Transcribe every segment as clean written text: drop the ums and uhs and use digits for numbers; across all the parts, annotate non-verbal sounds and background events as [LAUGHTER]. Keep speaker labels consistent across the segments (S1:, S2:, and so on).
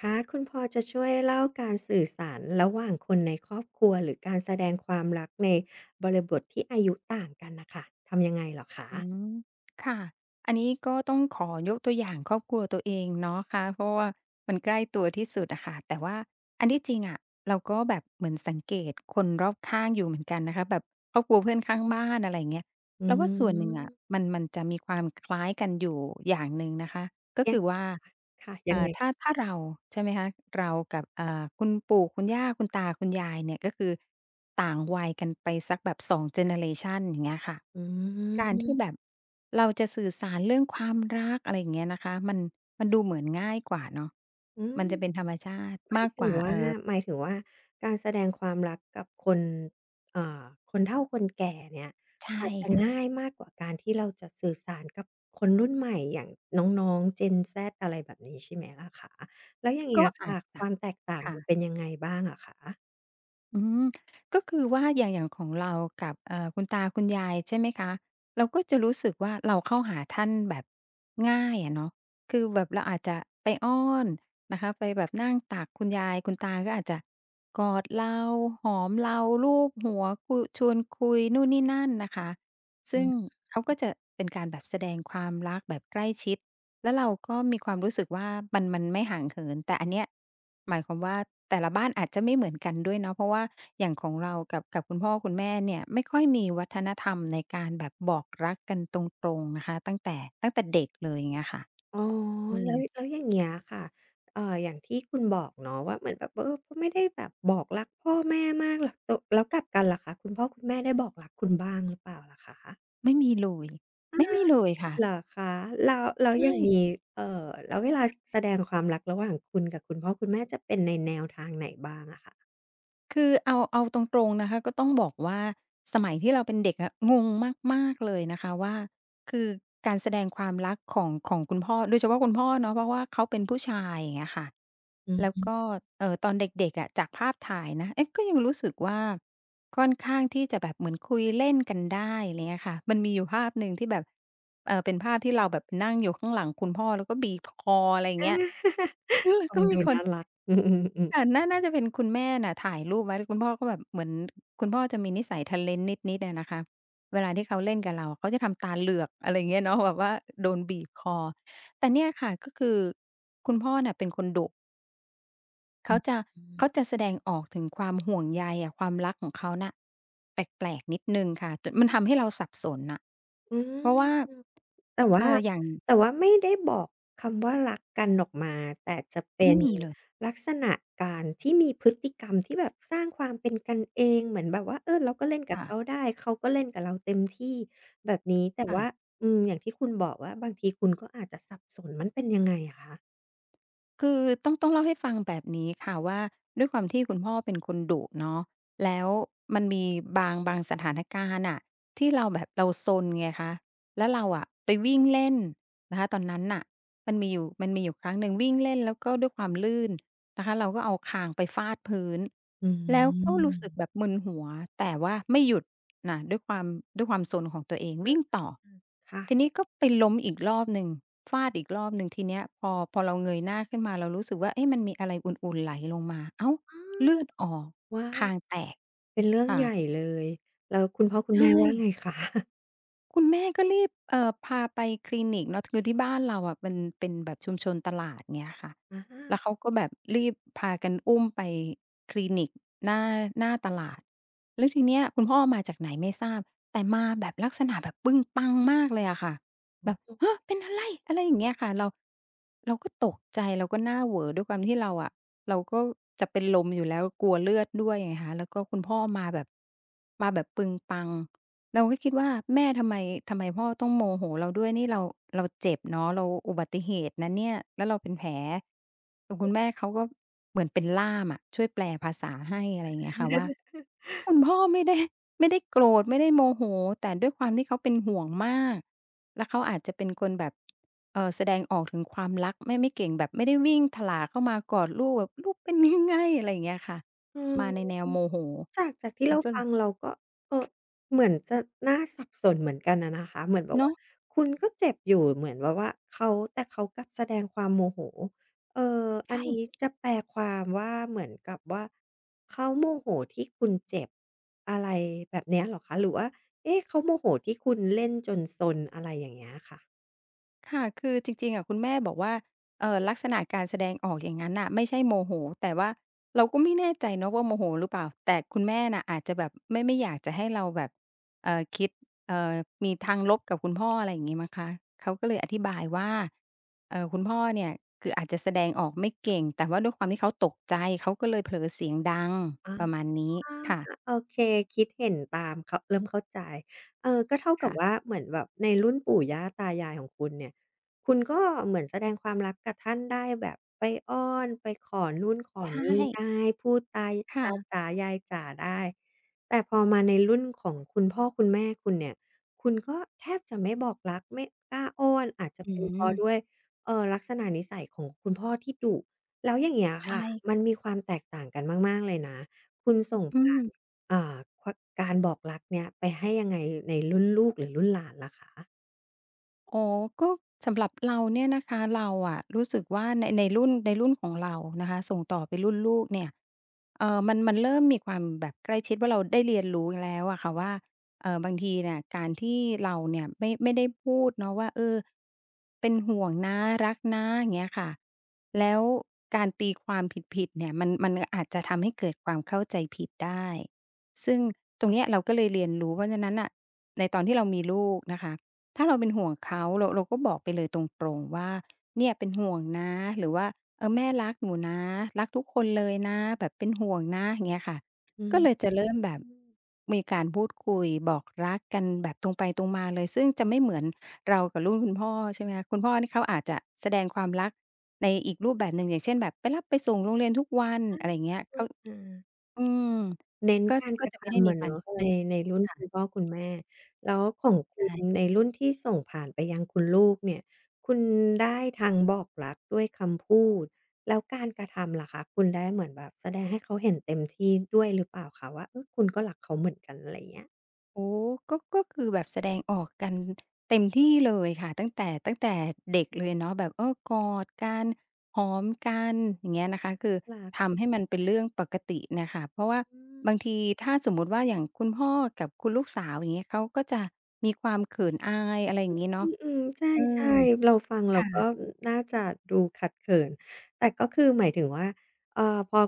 S1: คะคุณพอจะช่วยเล่าการสื่อสารระหว่างคนในครอบครัวหรือการแสดงความรักในบริบทที่อายุต่างกันน่ะค่ะทำยังไงเหรอคะ
S2: อืมค่ะอันนี้ก็ต้องขอยกตัวอย่างครอบครัวตัวเองเนาะค่ะเพราะว่ามันใกล้ตัวที่สุดอะค่ะแต่ว่าอันที่จริงอะเราก็แบบเหมือนสังเกตคนรอบข้างอยู่เหมือนกันนะคะแบบครอบครัวเพื่อนข้างบ้านอะไรอย่างเงี้ย
S1: อื
S2: เราว่าส่วนหนึ่งอะ
S1: ม
S2: มันจะมีความคล้ายกันอยู่อย่างหนึ่งนะคะก็
S1: ยัง
S2: คือว่า
S1: ค่ะยังไง
S2: ถ้าเราใช่ไหมคะเรากับคุณปู่คุณย่าคุณตาคุณยายเนี่ยก็คือต่างวัยกันไปสักแบบ2เจเนอเรชันอย่างเงี้ยค่ะ
S1: อื
S2: การที่แบบ
S1: ม
S2: เราจะสื่อสารเรื่องความรักอะไรอย่างเงี้ยนะคะมันดูเหมือนง่ายกว่าเนาะ
S1: อืม
S2: มันจะเป็นธรรมชาติ
S1: หมาย
S2: มาก
S1: ถึ
S2: ก
S1: ง
S2: ว่า
S1: ว่าหมายถึงว่าการแสดงความรักกับคนอ่าคนเฒ่าคนแก่เนี่ย
S2: ใช่
S1: อาจจะ
S2: ค่ะ
S1: ง่ายมากกว่าการที่เราจะสื่อสารกับคนรุ่นใหม่อย่างน้องๆ Gen Z อะไรแบบนี้ใช่ไหมล่ะคะแล้วอย่างเงี้
S2: ก็
S1: ย
S2: อา
S1: ค่ะ
S2: จ
S1: ค
S2: จะ
S1: วามแตกต่างมันเป็น
S2: ค่ะ
S1: ยังไงบ้างอะคะ
S2: อืมก็คือว่าอย่างของเรากับคุณตาคุณยายใช่ไหมคะเราก็จะรู้สึกว่าเราเข้าหาท่านแบบง่ายอะเนาะคือแบบเราอาจจะไปอ้อนนะคะไปแบบนั่งตักคุณยายคุณตาก็อาจจะกอดเราหอมเราลูบหัวคุชวนคุยนู่นนี่นั่นนะคะ
S1: อื
S2: ซึ่ง
S1: ม
S2: เขาก็จะเป็นการแบบแสดงความรักแบบใกล้ชิด แล้วเราก็มีความรู้สึกว่ามันไม่ห่างเหินแต่อันเนี้ยหมายความว่าแต่ละบ้านอาจจะไม่เหมือนกันด้วยเนาะเพราะว่าอย่างของเรากับคุณพ่อคุณแม่เนี่ยไม่ค่อยมีวัฒนธรรมในการแบบบอกรักกันตรงๆนะคะตั้งแต่เด็กเลยอย่างเงี้ยค่ะ
S1: อ๋อ
S2: อืม
S1: แล้วอย่างเงี้ยค่ะอย่างที่คุณบอกเนาะว่าเหมือนแบบเออก็ไม่ได้แบบบอกรักพ่อแม่มากแล้วตแล้วกลับกันล่ะคะคุณพ่อคุณแม่ได้บอกรักคุณบ้างหรือเปล่าล่ะคะ
S2: ไม่มีเลยไม่มีเลยค่ะ
S1: เหรอคะแล้ว
S2: ใช่
S1: อย่างงี้เอ่อแล้วเวลาแสดงความรักระหว่างคุณกับคุณพ่อคุณแม่จะเป็นในแนวทางไหนบ้างอะคะ
S2: คือเอาตรงๆนะคะก็ต้องบอกว่าสมัยที่เราเป็นเด็กอะงงมากๆเลยนะคะว่าคือการแสดงความรักของคุณพ่อโดยเฉพาะคุณพ่อเนาะเพราะว่าเขาเป็นผู้ชายอย่างเงี้ยค่ะ
S1: อื
S2: แล้ว
S1: ม
S2: ก็ตอนเด็กๆอะจากภาพถ่ายนะเอ๊ะก็ยังรู้สึกว่าค่อนข้างที่จะแบบเหมือนคุยเล่นกันได้อะไรเงี้ยค่ะมันมีอยู่ภาพหนึ่งที่แบบเป็นภาพที่เราแบบนั่งอยู่ข้างหลังคุณพ่อแล้วก็บีบคออะไรอย่างเงี้ย [LAUGHS] แล้ว
S1: ฟั
S2: ก็
S1: ง
S2: มี
S1: ดู
S2: คน
S1: น่ารัก [LAUGHS] อืมๆ
S2: ค่ะ
S1: ๆ
S2: น่าจะเป็นคุณแม่น่ะถ่ายรูปไว้แล้วคุณพ่อก็แบบเหมือนคุณพ่อจะมีนิสัย talent นิดๆอะนะคะเวลาที่เขาเล่นกับเราเขาจะทำตาเหลือกอะไรอย่างเงี้ยเนาะแบบว่าโดนบีบคอแต่เนี่ยค่ะก็คือคุณพ่อน่ะเป็นคนดุเขาจะเขาจะแสดงออกถึงความห่วงใยอะความรักของเขาน่ะแปลกๆนิดหนึ่งค่ะจนมันทำให้เราสับสนน่ะ
S1: อืม
S2: เพราะว่า
S1: แต่ว่า
S2: อย่าง
S1: แต่ว่าไม่ได้บอกคำว่ารักกันออกมาแต่จะเป็
S2: ไม่
S1: น
S2: มีเลย
S1: ลักษณะการที่มีพฤติกรรมที่แบบสร้างความเป็นกันเองเหมือนแบบว่าเออเราก็เล่นกับเขา
S2: ค่ะ
S1: ได้เขาก็เล่นกับเราเต็มที่แบบนี้แต่ว่า
S2: ค่ะ
S1: อืมอย่างที่คุณบอกว่าบางทีคุณก็อาจจะสับสนมันเป็นยังไงอะคะ
S2: คือต้องเล่าให้ฟังแบบนี้ค่ะว่าด้วยความที่คุณพ่อเป็นคนดุเนาะแล้วมันมีบางสถานการณ์น่ะที่เราแบบเราซนไงคะแล้วเราอะไปวิ่งเล่นนะคะตอนนั้นน่ะมันมีอยู่ครั้งหนึ่งวิ่งเล่นแล้วก็ด้วยความลื่น นะคะเราก็เอาคางไปฟาดพื้น
S1: อื
S2: แล้วก็
S1: ม
S2: รู้สึกแบบมึนหัวแต่ว่าไม่หยุดนะด้วยความซนของตัวเอง
S1: อืม
S2: วิ่งต่อ
S1: ค่ะ
S2: ทีนี้ก็ไปล้มอีกรอบหนึ่งฟาดอีกรอบหนึ่งทีเนี้ยพอเราเงยหน้าขึ้นมาเรารู้สึกว่าเอ๊ะมันมีอะไรอุ่นๆไหลลงมาอ้าวเลื
S1: อ
S2: อดออก
S1: อว้าว
S2: คางแตก
S1: เป็นเรื่อง
S2: ค่ะ
S1: ใหญ่เลย แล้วคุณพ่อคุณ
S2: ใช่
S1: แม่ว่าไงคะ
S2: คุณแม่ก็รีบพาไปคลินิกเนาะคือที่บ้านเราอะมันเป็นแบบชุมชนตลาดเงี้ยค่ะ
S1: อ
S2: แล้ว
S1: า
S2: เขาก็แบบรีบพากันอุ้มไปคลินิกหน้าหน้าตลาดแล้วทีเนี้ยคุณพ่อมาจากไหนไม่ทราบแต่มาแบบลักษณะแบบปึ้งปังมากเลยอะค่ะแบบฮะเป็นอะไรอะไรอย่างเงี้ยค่ะเราก็ตกใจเราก็หน้าเหวอด้วยความที่เราอะเราก็จะเป็นลมอยู่แล้วกลัวเลือดด้วยไงคะแล้วก็คุณพ่อมาแบบปึงปัง เราก็คิดว่าแม่ทำไมพ่อต้องโมโหเราด้วยนี่เราเจ็บเนาะเราอุบัติเหตุนะเนี่ยแล้วเราเป็นแผลแต่คุณแม่เขาก็เหมือนเป็นล่ามอะช่วยแปลภาษาให้อะไรอย่างเงี้ยค่ะว่าคุณพ่อไม่ได้โกรธไม่ได้โมโหแต่ด้วยความที่เขาเป็นห่วงมากแล้วเขาอาจจะเป็นคนแบบแสดงออกถึงความรักไม่เก่งแบบไม่ได้วิ่งถลาเข้ามากอดลูกแบบลูกเป็นยังไงอะไรอย่างเงี้ยค่ะ
S1: อืม
S2: มาในแนวโมโห
S1: จากที่
S2: เรา
S1: เรา
S2: ก็
S1: ฟังเราก็เออเหมือนจะน่าสับสนเหมือนกันอะนะคะเหมือนแบบว่า
S2: เนาะ
S1: คุณก็เจ็บอยู่เหมือนแบบว่าเขาแต่เขากลับแสดงความโมโหอัน
S2: ใช่
S1: นี้จะแปลความว่าเหมือนกับว่าเขาโมโหที่คุณเจ็บอะไรแบบเนี้ยเหรอคะหรือว่าเอ๊ะเขาโมโหที่คุณเล่นจนซนอะไรอย่างเงี้ยค่ะ
S2: ค่ะ คือจริงๆอะคุณแม่บอกว่าลักษณะการแสดงออกอย่างนั้นน่ะไม่ใช่โมโหแต่ว่าเราก็ไม่แน่ใจเนาะว่าโมโหหรือเปล่าแต่คุณแม่น่ะอาจจะแบบไม่อยากจะให้เราแบบคิดเอ่อมีทางลบกับคุณพ่ออะไรอย่างงี้มั้งคะเขาก็เลยอธิบายว่าคุณพ่อเนี่ยคืออาจจะแสดงออกไม่เก่งแต่ว่าด้วยความที่เขาตกใจเขาก็เลยเผลอเสียงดัง
S1: อา
S2: ประมาณนี้
S1: อา
S2: ค่ะ
S1: โอเคคิดเห็นตามเข้าเริ่มเข้าใจก็เท่ากับว่า
S2: ค่ะ
S1: เหมือนแบบในรุ่นปู่ย่าตายายของคุณเนี่ยคุณก็เหมือนแสดงความรักกับท่านได้แบบไปอ้อนไปขอนู่นขอ
S2: ใช่
S1: นี่ได้พูดตายตา
S2: ค่ะ
S1: จ๋ายายจ๋าได้แต่พอมาในรุ่นของคุณพ่อคุณแม่คุณเนี่ยคุณก็แทบจะไม่บอกรักไม่กล้าอ้อนอาจจะ
S2: อื
S1: เป็นเพราะด้วย
S2: ม
S1: ลักษณะนิสัยของคุณพ่อที่ดุแล้วอย่างเงี้ย
S2: ใช
S1: ค่ะมัน
S2: ่
S1: มีความแตกต่างกันมากๆเลยนะ คุณส่ง
S2: อื
S1: ผ่า
S2: ม
S1: นอ่าคการบอกรักเนี่ยไปให้ยังไงในรุ่นลูกหรือรุ่นหลานล่ะคะ
S2: อ๋อก็สำหรับเราเนี่ยนะคะเราอะรู้สึกว่าในรุ่นในรุ่นของเรานะคะส่งต่อไปรุ่นลูกเนี่ยมันเริ่มมีความแบบใกล้ชิดว่าเราได้เรียนรู้แล้วอะค่ะว่าบางทีเนี่ยการที่เราเนี่ยไม่ได้พูดเนาะว่าเออเป็นห่วงนะรักนะอย่างเงี้ยค่ะแล้วการตีความผิดๆเนี่ยมันอาจจะทำให้เกิดความเข้าใจผิดได้ซึ่งตรงเนี้ยเราก็เลยเรียนรู้เพราะฉะนั้นน่ะในตอนที่เรามีลูกนะคะ ถ้าเราเป็นห่วงเขาเราก็บอกไปเลยตรงๆว่าเนี่ยเป็นห่วงนะหรือว่าเออแม่รักหนูนะรักทุกคนเลยนะแบบเป็นห่วงนะอย่างเงี้ยค่ะ
S1: อืม
S2: ก็เลยจะเริ่มแบ
S1: อื
S2: บ
S1: ม
S2: มีการพูดคุยบอกรักกันแบบตรงไปตรงมาเลยซึ่งจะไม่เหมือนเรากับรุ่นคุณพ่อใช่ไหมคะคุณพ่อนี่เขาอาจจะแสดงความรักในอีกรูปแบบหนึ่งอย่างเช่นแบบไปรับไปส่งโรงเรียนทุกวัน
S1: น่
S2: อะไรอย่างเงี้ยเขา
S1: อา
S2: อืม
S1: เน้น
S2: ก็
S1: การ
S2: ก็
S1: กระ
S2: จะไม่ได้
S1: ทำ
S2: มี
S1: อะ
S2: การ
S1: เนาะ
S2: พู
S1: ใน
S2: ด
S1: ในรุ่นคุณ
S2: ค่ะ
S1: พ่อคุณแม่แล้วของคุณ
S2: ใช่
S1: ในรุ่นที่ส่งผ่านไปยังคุณลูกเนี่ยคุณได้ทั้งบอกรักด้วยคำพูดแล้วการกระทำล่ะคะคุณได้เหมือนแบบแสดงให้เขาเห็นเต็มที่ด้วยหรือเปล่าคะว่าเออคุณก็รักเขาเหมือนกันอะไรอย่างเงี้ย
S2: โอ้โก็คือแบบแสดงออกกันเต็มที่เลยค่ะตั้งแต่เด็กเลยเนาะแบบเออกอดกันหอมกันอย่างเงี้ยนะคะคือ
S1: รัก
S2: ทำให้มันเป็นเรื่องปกติน่ะค่ะเพราะว่า
S1: อืม
S2: บางทีถ้าสมมุติว่าอย่างคุณพ่อกับคุณลูกสาวอย่างเงี้ยเขาก็จะมีความเขินอายอะไรอย่างงี้เนาะ
S1: อืมๆใ
S2: เออ
S1: ช่ๆเราฟังเรา
S2: ค่ะ
S1: ก็น่าจะดูขัดเขินแต่ก็คือหมายถึงว่าเอ่อพอ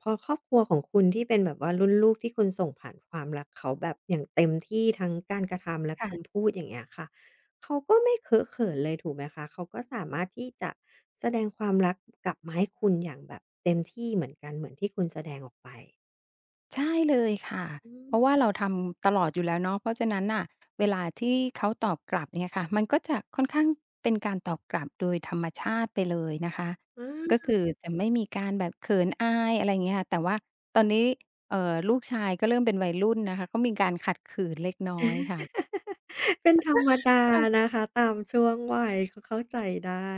S1: พอครอบครัวของคุณที่เป็นแบบว่ารุ่นลูกที่คุณส่งผ่านความรักเขาแบบอย่างเต็มที่ทั้งการกระทำและ
S2: ค่ะ
S1: คำพูดอย่างเงี้ยค่ะเขาก็ไม่เคอะเขินเลยถูกไหมคะเขาก็สามารถที่จะแสดงความรักกลับมาให้คุณอย่างแบบเต็มที่เหมือนกันเหมือนที่คุณแสดงออกไป
S2: ใช่เลยค่ะ
S1: อื
S2: เพ
S1: ม
S2: ราะว่าเราทำตลอดอยู่แล้วเนาะเพราะฉะนั้นน่ะเวลาที่เขาตอบกลับเนี่ยค่ะมันก็จะค่อนข้างเป็นการตอบกลับโดยธรรมชาติไปเลยนะคะก็
S1: อา
S2: คือจะไม่มีการแบบเขินอายอะไรอย่างเงี้ยค่ะแต่ว่าตอนนี้ลูกชายก็เริ่มเป็นวัยรุ่นนะคะก็มีการขัดขืนเล็กน้อยค่ะ
S1: [LAUGHS] เป็นธรรมดา
S2: ค่ะ
S1: นะคะตามช่วงวัยเขาเข้าใจได้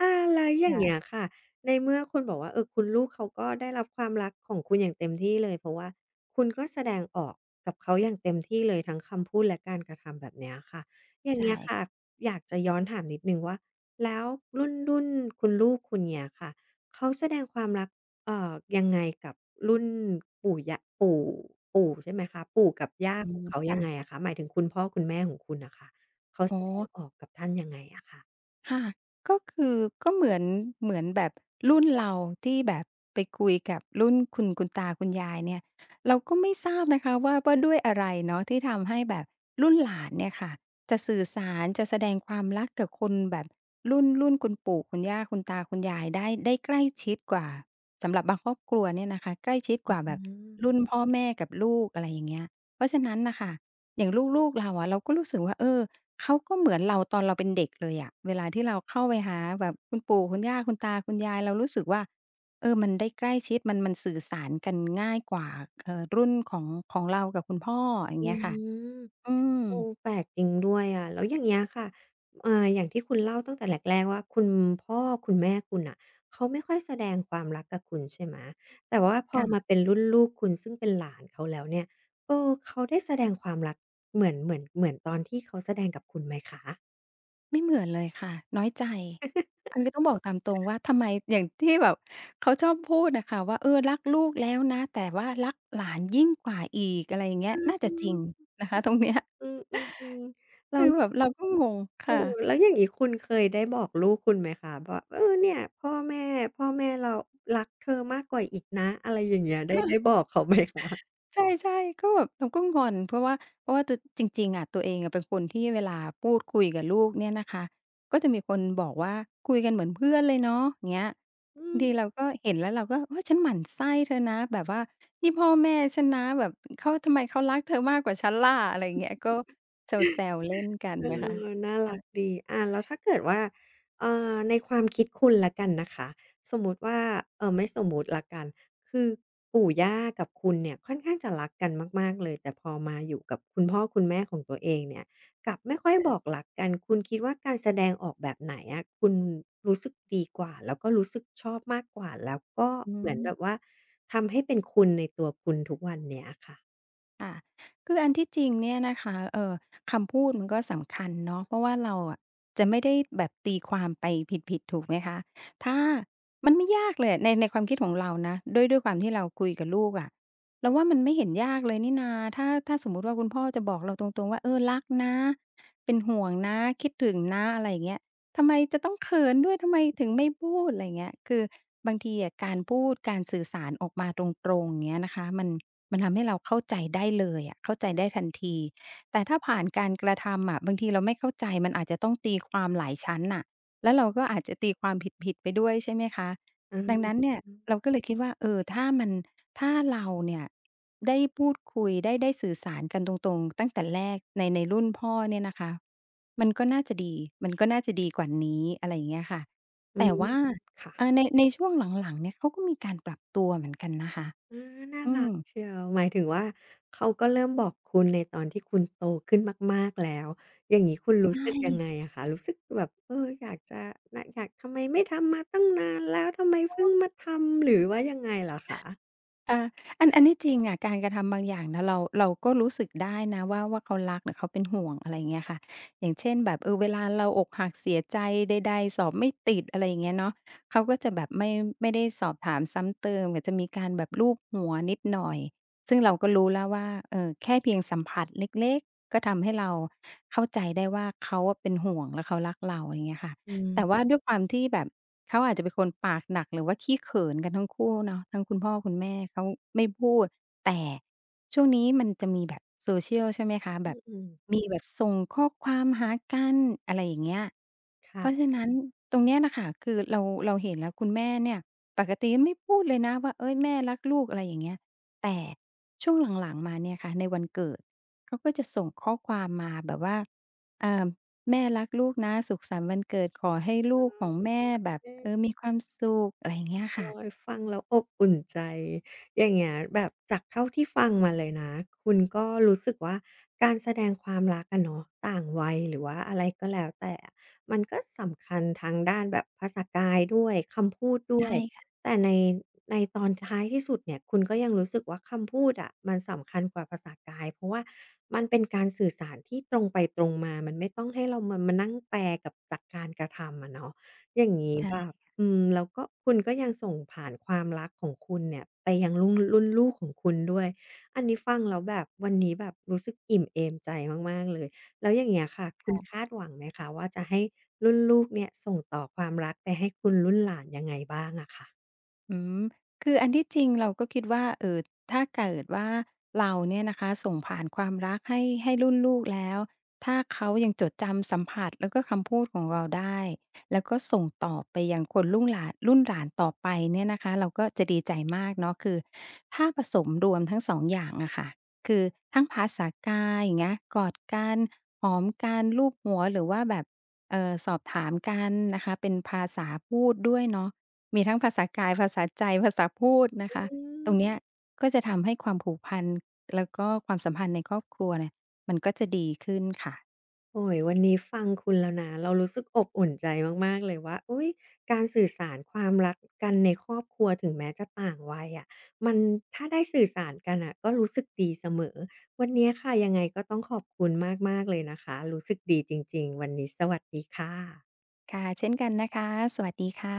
S1: อาแล้วอย่างเงี้ยค่ะในเมื่อคุณบอกว่าเออคุณลูกเขาก็ได้รับความรักของคุณอย่างเต็มที่เลยเพราะว่าคุณก็แสดงออกกับเขาอย่างเต็มที่เลยทั้งคำพูดและการกระทำแบบเนี้ยค่ะอย่างเงี้
S2: ใช่
S1: ยค่ะอยากจะย้อนถามนิดนึงว่าแล้วรุ่นคุณลูกคุณเนี้ยค่ะเขาแสดงความรัก ยังไงกับรุ่นปู่ยะปู่ปู่ใช่ไหมคะปู่กับย่า
S2: อื
S1: ของ
S2: ม
S1: เขายั
S2: ค่ะ
S1: งไงอะคะหมายถึงคุณพ่อคุณแม่ของคุณน่ะค่ะเขา
S2: อ๋
S1: แส
S2: อ
S1: ดงออกกับท่านยังไงอะคะ
S2: ค่ะก็คือก็เหมือนเหมือนแบบรุ่นเราที่แบบไปคุยกับรุ่นคุณตาคุณยายเนี่ยเราก็ไม่ทราบนะคะว่าด้วยอะไรเนาะที่ทำให้แบบรุ่นหลานเนี่ยค่ะจะสื่อสารจะแสดงความรักกับคนแบบรุ่นคุณปู่คุณย่าคุณตาคุณยายได้ใกล้ชิดกว่าสำหรับบางครอบครัวเนี่ยนะคะใกล้ชิดกว่า
S1: อื
S2: แบบรุ่น
S1: ม
S2: พ่อแม่กับลูกอะไรอย่างเงี้ยเพราะฉะนั้นน่ะค่ะอย่างลูกๆเราอะเราก็รู้สึกว่าเออ เขาก็เหมือนเราตอนเราเป็นเด็กเลยอะเวลาที่เราเข้าไปหาแบบคุณปู่คุณย่าคุณตาคุณยายเรารู้สึกว่าเออมันได้ใกล้ชิดมันสื่อสารกันง่ายกว่ารุ่นของเรากับคุณพ่ออย่าง
S1: อื
S2: เงี้ยค่ะ
S1: ม
S2: อืม
S1: โอ้แปลกจริงด้วยอะแล้วอย่างเงี้ยค่ะอย่างที่คุณเล่าตั้งแต่แรกๆว่าคุณพ่อคุณแม่คุณน่ะเขาไม่ค่อยแสดงความรักกับคุณใช่ไหมแต่ว่าพอมา
S2: ค่ะ
S1: เป็นรุ่นลูกคุณซึ่งเป็นหลานเขาแล้วเนี่ยเออเขาได้แสดงความรักเหมือนตอนที่เขาแสดงกับคุณไหมคะ
S2: ไม่เหมือนเลยค่ะน้อยใจอันนี้ต้องบอกตามตรงว่าทำไมอย่างที่แบบเขาชอบพูดน่ะค่ะว่าเออรักลูกแล้วนะแต่ว่ารักหลานยิ่งกว่าอีกอะไรอย่างเงี้ยน่า
S1: อื
S2: จะจริง
S1: ม
S2: นะคะตรงเนี้ย
S1: อืมๆๆแล้
S2: [LAUGHS] คื
S1: ว
S2: อแบบเราก็งง
S1: เออ
S2: ค่ะ
S1: แล้วอย่างงี้คุณเคยได้บอกลูกคุณไหมคะว่าเนี่ยพ่อแม่เรารักเธอมากกว่าอีกนะอะไรอย่างเงี้ยได้บอกเขาไหมคะ
S2: ใช่ๆก็แบบเราก็งอนเพราะว่าเพราะว่าตัวจริงๆอะตัวเองอะเป็นคนที่เวลาพูดคุยกับลูกเนี่ยนะคะก็จะมีคนบอกว่าคุยกันเหมือนเพื่อนเลยเนาะอย่างเงี้ย
S1: อื
S2: บาง
S1: ม
S2: ทีเราก็เห็นแล้วเราก็โอ๊ยฉันหมั่นไส้เธอนะแบบว่านี่พ่อแม่ฉันนะแบบเขาทำไมเขารักเธอมากกว่าฉันล่ะอะไรอย่างเงี้ยก็แซวๆเล่นกัน
S1: เอ
S2: นะคะ
S1: น่ารักดีอาแล้วถ้าเกิดว่าในความคิดคุณแล้วกันนะคะสมมุติว่าไม่สมมุติแล้วกันคือปู่ย่ากับคุณเนี่ยค่อนข้างจะรักกันมากๆเลยแต่พอมาอยู่กับคุณพ่อคุณแม่ของตัวเองเนี่ยกลับไม่ค่อยบอกรักกันคุณคิดว่าการแสดงออกแบบไหนอะคุณรู้สึกดีกว่าแล้วก็รู้สึกชอบมากกว่าแล้วก็
S2: อื
S1: เหมือนแบ
S2: ม
S1: บว่าทำให้เป็นคุณในตัวคุณทุกวันเนี้ยค่ะ
S2: ค่ะคืออันที่จริงเนี่ยนะคะคำพูดมันก็สำคัญเนาะเพราะว่าเราอะจะไม่ได้แบบตีความไปผิดๆถูกไหมคะถ้ามันไม่ยากเลยอะในความคิดของเรานะด้วยความที่เราคุยกับลูกอะเราว่ามันไม่เห็นยากเลยนี่นาถ้าสมมุติว่าคุณพ่อจะบอกเราตรงๆว่าเออรักนะเป็นห่วงนะคิดถึงนะอะไรอย่างเงี้ยทำไมจะต้องเขินด้วยทำไมถึงไม่พูดอะไรอย่างเงี้ยคือบางทีอะการพูดการสื่อสารออกมาตรงๆอย่างเงี้ยนะคะมันทำให้เราเข้าใจได้เลยอะเข้าใจได้ทันทีแต่ถ้าผ่านการกระทำอะบางทีเราไม่เข้าใจมันอาจจะต้องตีความหลายชั้นน่ะแล้วเราก็อาจจะตีความผิดๆไปด้วยใช่ไหมคะ
S1: อ
S2: ดังนั้น
S1: า
S2: เนี่ยเราก็เลยคิดว่าเออถ้ามันถ้าเราเนี่ยได้พูดคุยได้สื่อสารกันตรงๆตั้งแต่แรกในรุ่นพ่อเนี่ยนะคะมันก็น่าจะดีมันก็น่าจะดีกว่านี้อะไรอย่างเงี้ยค่ะ
S1: อื
S2: แต่
S1: ม
S2: ว่า
S1: ค่ะ
S2: ในช่วงหลังๆเนี่ยเขาก็มีการปรับตัวเหมือนกันนะคะ
S1: อาน่า
S2: อื
S1: รั
S2: ม
S1: กเชียวหมายถึงว่าเขาก็เริ่มบอกคุณในตอนที่คุณโตขึ้นมากๆแล้วอย่างงี้คุณรู้
S2: ใช่
S1: สึกยังไงอะคะรู้สึกแบบเอออยากจะนอยากทำไมไม่ทำมาตั้งนานแล้วทำไมเพิ่งมาทำหรือว่ายังไงเหรอคะ
S2: อาอันที่จริงอะการกระทำบางอย่างนะเราก็รู้สึกได้นะว่าเขารักหรือเขาเป็นห่วงอะไรอย่างเงี้ยค่ะอย่างเช่นแบบเวลาเราอกหักเสียใจใดๆสอบไม่ติดอะไรอย่างเงี้ยเนาะเขาก็จะแบบไม่ได้สอบถามซ้ำเติมก็จะมีการแบบลูบหัวนิดหน่อยซึ่งเราก็รู้แล้วว่าแค่เพียงสัมผัสเล็กๆก็ทำให้เราเข้าใจได้ว่าเขาอะเป็นห่วงและเขารักเราอย่างเงี้ยค่ะ
S1: อืม
S2: แต่ว่าด้วยความที่แบบเขาอาจจะเป็นคนปากหนักหรือว่าขี้เขินกันทั้งคู่เนาะทั้งคุณพ่อคุณแม่เขาไม่พูดแต่ช่วงนี้มันจะมีแบบ social ใช่ไหมคะ
S1: อ
S2: แบบ
S1: ืม
S2: มีแบบส่งข้อความหากันอะไรอย่างเงี้ยเพราะ
S1: ค่ะ
S2: ฉะนั้นตรงเนี้ยน่ะค่ะคือเราเห็นแล้วคุณแม่เนี่ยปกติไม่พูดเลยนะว่าเฮ้ยแม่รักลูกอะไรอย่างเงี้ยแต่ช่วงหลังๆมาเนี่ยค่ะในวันเกิดเขาก็จะส่งข้อความมาแบบว่าเอ่อ แม่รักลูกนะสุขสันต์วันเกิดขอให้ลูกของแม่แบบ
S1: เอ
S2: มีความสุขอะไรอย่างเงี้ย
S1: โอ๊
S2: ค่ะ
S1: ยฟังแล้วอบอุ่นใจอย่างเงี้ยแบบจากเท่าที่ฟังมาเลยนะคุณก็รู้สึกว่าการแสดงความรักอะเนาะต่างวัยหรือว่าอะไรก็แล้วแต่อะมันก็สำคัญทางด้านแบบภาษากายด้วยคำพูดด้ว
S2: ใช่
S1: ย
S2: ค่ะ
S1: แต่ในตอนท้ายที่สุดเนี่ยคุณก็ยังรู้สึกว่าคำพูดอะมันสำคัญกว่าภาษากายเพราะว่ามันเป็นการสื่อสารที่ตรงไปตรงมามันไม่ต้องให้เรามานั่งแปลกับจากการกระทำอะเนาะ อย่างงี้แบ
S2: ใช่
S1: บอืมแล้วก็คุณก็ยังส่งผ่านความรักของคุณเนี่ยไปยังรุ่นลูกของคุณด้วยอันนี้ฟังแล้วแบบวันนี้แบบรู้สึกอิ่มเอมใจมากๆเลยแล้วอย่างเงี้ยค่ะคุณคาดหวังไหมคะว่าจะให้รุ่นลูกเนี่ยส่งต่อความรักไปให้คุณรุ่นหลานยังไงบ้างอะค่ะ
S2: อืมคืออันที่จริงเราก็คิดว่าถ้าเกิดว่าเราเนี่ยนะคะส่งผ่านความรักให้รุ่นลูกแล้วถ้าเขายังจดจำสัมผัสแล้วก็คำพูดของเราได้แล้วก็ส่งต่อไปยังคนรุ่นหลานต่อไปเนี่ยนะคะเราก็จะดีใจมากเนาะคือถ้าผสมรวมทั้ง2องอย่างอะค่ะคือทั้งภาษากายอย่างเงี้ยกอดกันหอมกันลูบหัวหรือว่าแบบสอบถามกันนะคะเป็นภาษาพูดด้วยเนาะ มีทั้งภาษากาย ภาษาใจ ภาษาพูดนะคะ
S1: อื
S2: ตรงเนี้
S1: ม
S2: ยก็จะทำให้ความผูกพันแล้วก็ความสัมพันธ์ในครอบครัวเนี่ยมันก็จะดีขึ้นค่ะ
S1: โอ้ยวันนี้ฟังคุณแล้วนะเรารู้สึกอบอุ่นใจมากๆเลยว่าอุ๊ยการสื่อสารความรักกันในครอบครัวถึงแม้จะต่างวัยอะมันถ้าได้สื่อสารกันน่ะก็รู้สึกดีเสมอวันนี้ค่ะยังไงก็ต้องขอบคุณมากๆเลยนะคะรู้สึกดีจริงๆวันนี้สวัสดีค่ะ
S2: ค่ะ เช่นกันนะคะ สวัสดีค่ะ